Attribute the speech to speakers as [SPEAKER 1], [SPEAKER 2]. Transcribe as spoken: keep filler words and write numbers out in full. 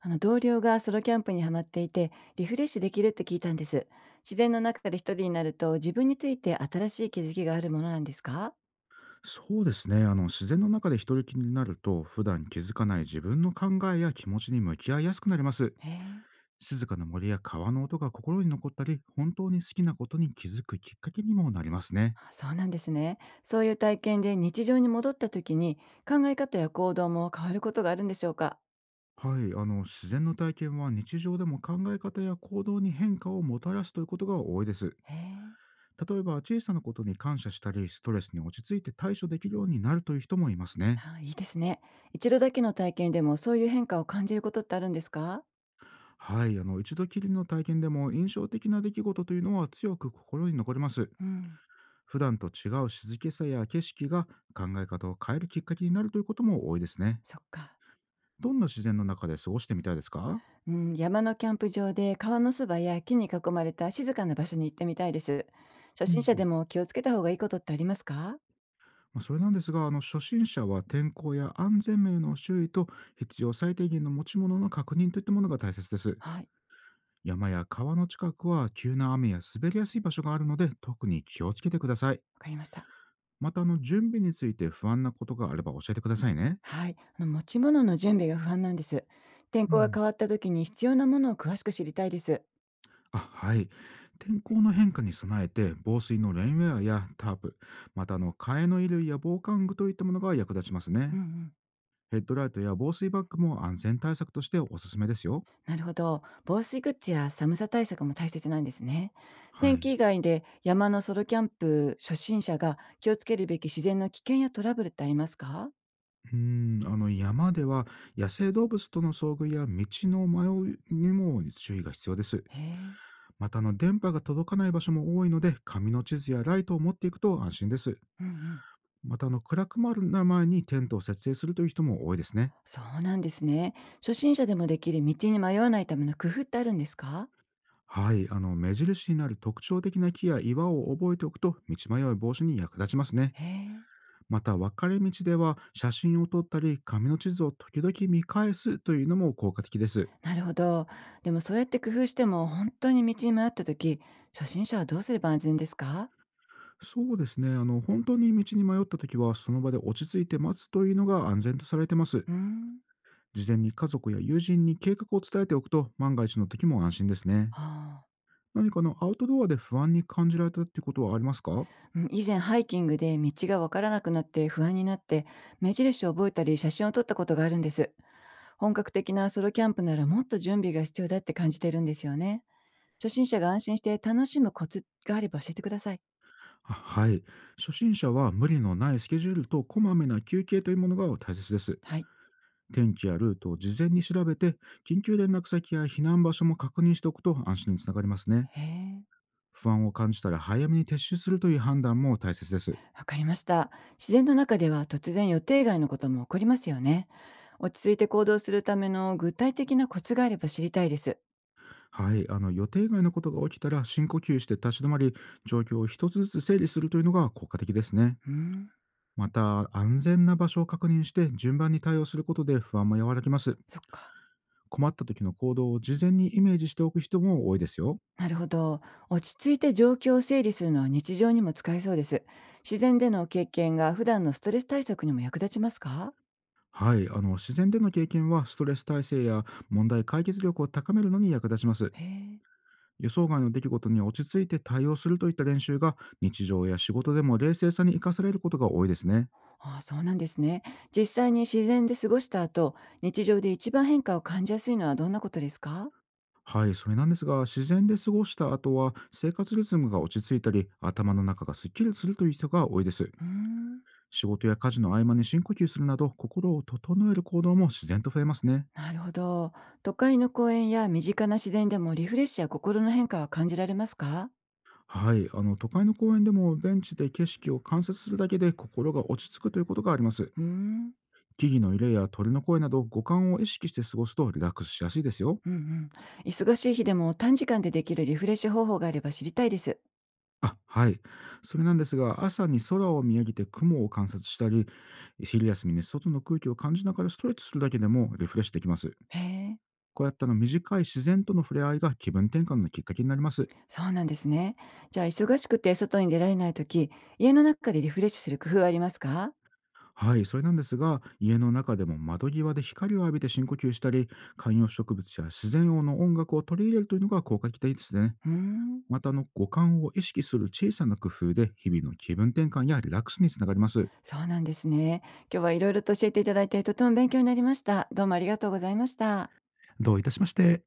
[SPEAKER 1] あの同僚がソロキャンプにはまっていてリフレッシュできるって聞いたんです。自然の中で一人になると自分について新しい気づきがあるものなんですか？
[SPEAKER 2] そうですね。あの、自然の中で一人きりになると、普段気づかない自分の考えや気持ちに向き合いやすくなります。
[SPEAKER 1] へえ。
[SPEAKER 2] 静かな森や川の音が心に残ったり、本当に好きなことに気づくきっかけにもなりますね。
[SPEAKER 1] あ、そうなんですね。そういう体験で日常に戻った時に考え方や行動も変わることがあるんでしょうか？
[SPEAKER 2] はい。あの、自然の体験は日常でも考え方や行動に変化をもたらすということが多いです。
[SPEAKER 1] へえ。
[SPEAKER 2] 例えば、小さなことに感謝したり、ストレスに落ち着いて対処できるようになるという人もいますね。
[SPEAKER 1] あ、いいですね。一度だけの体験でもそういう変化を感じることってあるんですか？
[SPEAKER 2] はい。あの、一度きりの体験でも印象的な出来事というのは強く心に残ります。
[SPEAKER 1] うん。
[SPEAKER 2] 普段と違う静けさや景色が考え方を変えるきっかけになるということも多いですね。
[SPEAKER 1] そっか。
[SPEAKER 2] どんな自然の中で過ごしてみたいですか？
[SPEAKER 1] うん、山のキャンプ場で川のそばや木に囲まれた静かな場所に行ってみたいです。初
[SPEAKER 2] うんう
[SPEAKER 1] 心者で
[SPEAKER 2] ん。
[SPEAKER 1] も気をつけた方がいいことってありますか？
[SPEAKER 2] まあ、それなんですが、あの初心者は天候や安全面への注意と必要最低限の持ち物の確認といったものが大切です。
[SPEAKER 1] はい、
[SPEAKER 2] 山や川の近くは急な雨や滑りやすい場所があるので特に気をつけてください。
[SPEAKER 1] わかりました。
[SPEAKER 2] また、あの準備について不安なことがあれば教えてくださいね。
[SPEAKER 1] はい、あの持ち物の準備が不安なんです。天
[SPEAKER 2] う
[SPEAKER 1] 候が
[SPEAKER 2] ん。
[SPEAKER 1] 変わった時に必要なものを詳しく知りたいです。
[SPEAKER 2] あ、はい。天候の変化に備えて防水のレインウェアやタープ、また、あの替えの衣類や防寒具といったものが役立ちます
[SPEAKER 1] うん
[SPEAKER 2] ね。
[SPEAKER 1] うん、
[SPEAKER 2] ヘッドライトや防水バッグも安全対策としておすすめですよ。
[SPEAKER 1] なるほど。防水グッズや寒さ対策も大切なんですね。
[SPEAKER 2] は
[SPEAKER 1] 天
[SPEAKER 2] い。う
[SPEAKER 1] 気以外で山のソロキャンプ初心者が気をつけるべき自然の危険やトラブルってありますか？
[SPEAKER 2] ーん、あの山では野生動物との遭遇や道の迷いにも注意が必要です。
[SPEAKER 1] へえ。
[SPEAKER 2] また、あの電波が届かない場所も多いので紙の地図やライトを持っていくと安心です。
[SPEAKER 1] うんうん。
[SPEAKER 2] また、あの暗くなる前にテントを設営するという人も多いですね。
[SPEAKER 1] そうなんですね。初心者でもできる道に迷わないための工夫ってあるんですか？
[SPEAKER 2] はい、あの目印になる特徴的な木や岩を覚えておくと道迷い防止に役立ちますね。
[SPEAKER 1] へえ、
[SPEAKER 2] また分かれ道では写真を撮ったり紙の地図を時々見返すというのも効果的です。
[SPEAKER 1] なるほど。でもそうやって工夫しても本当に道に迷った時、初心者はどうすれば安全ですか？
[SPEAKER 2] そうですね、あの本当に道に迷った時はその場で落ち着いて待つというのが安全とされてます。
[SPEAKER 1] うーん。
[SPEAKER 2] 事前に家族や友人に計画を伝えておくと万が一の時も安心ですね。
[SPEAKER 1] はあ。
[SPEAKER 2] 何かあのアウトドアで不安に感じられたってことはありますか？
[SPEAKER 1] うん、以前ハイキングで道がわからなくなって不安になって、目印を覚えたり写真を撮ったことがあるんです。本格的なソロキャンプならもっと準備が必要だって感じてるんですよね。初心者が安心して楽しむコツがあれば教えてください。
[SPEAKER 2] あ、はい。初心者は無理のないスケジュールとこまめな休憩というものが大切です。
[SPEAKER 1] はい。
[SPEAKER 2] 天気やルートを事前に調べて、緊急連絡先や避難場所も確認しておくと安心につながりますね。
[SPEAKER 1] へえ。
[SPEAKER 2] 不安を感じたら早めに撤収するという判断も大切です。
[SPEAKER 1] わかりました。自然の中では突然予定外のことも起こりますよね。落ち着いて行動するための具体的なコツがあれば知りたいです。
[SPEAKER 2] はい。あの、予定外のことが起きたら深呼吸して立ち止まり、状況を一つずつ整理するというのが効果的ですね。
[SPEAKER 1] うーん、
[SPEAKER 2] また、安全な場所を確認して順番に対応することで不安も和らぎます。
[SPEAKER 1] そっか。
[SPEAKER 2] 困った時の行動を事前にイメージしておく人も多いですよ。
[SPEAKER 1] なるほど。落ち着いて状況を整理するのは日常にも使えそうです。自然での経験が普段のストレス対策にも役立ちますか？
[SPEAKER 2] はい、あの自然での経験はストレス耐性や問題解決力を高めるのに役立ちます。
[SPEAKER 1] へえ。
[SPEAKER 2] 予想外の出来事に落ち着いて対応するといった練習が日常や仕事でも冷静さに生かされることが多いですね。
[SPEAKER 1] ああ、そうなんですね。実際に自然で過ごした後、日常で一番変化を感じやすいのはどんなことですか？
[SPEAKER 2] はい、それなんですが、自然で過ごした後は生活リズムが落ち着いたり、頭の中がすっきりするという人が多いです。
[SPEAKER 1] うーん。
[SPEAKER 2] 仕事や家事の合間に深呼吸するなど、心を整える行動も自然と増えますね。
[SPEAKER 1] なるほど。都会の公園や身近な自然でもリフレッシュや心の変化は感じられますか？
[SPEAKER 2] はい、あの都会の公園でもベンチで景色を観察するだけで心が落ち着くということがあります。
[SPEAKER 1] うーん。
[SPEAKER 2] 木々の揺れや鳥の声など五感を意識して過ごすとリラックスしやすいですよ。
[SPEAKER 1] うんうん。忙しい日でも短時間でできるリフレッシュ方法があれば知りたいです。
[SPEAKER 2] あ、はい。それなんですが、朝に空を見上げて雲を観察したり、昼休みに外の空気を感じながらストレッチするだけでもリフレッシュできます。
[SPEAKER 1] へえ。
[SPEAKER 2] こうやったの短い自然との触れ合いが気分転換のきっかけになります。
[SPEAKER 1] そうなんですね。じゃあ忙しくて外に出られないとき、家の中でリフレッシュする工夫はありますか？
[SPEAKER 2] はい、それなんですが、家の中でも窓際で光を浴びて深呼吸したり、観葉植物や自然音の音楽を取り入れるというのが効果的ですね。
[SPEAKER 1] うーん。
[SPEAKER 2] また、あの五感を意識する小さな工夫で日々の気分転換やリラックスにつながります。
[SPEAKER 1] そうなんですね。今日はいろいろと教えていただいてとても勉強になりました。どうもありがとうございました。
[SPEAKER 2] どういたしまして。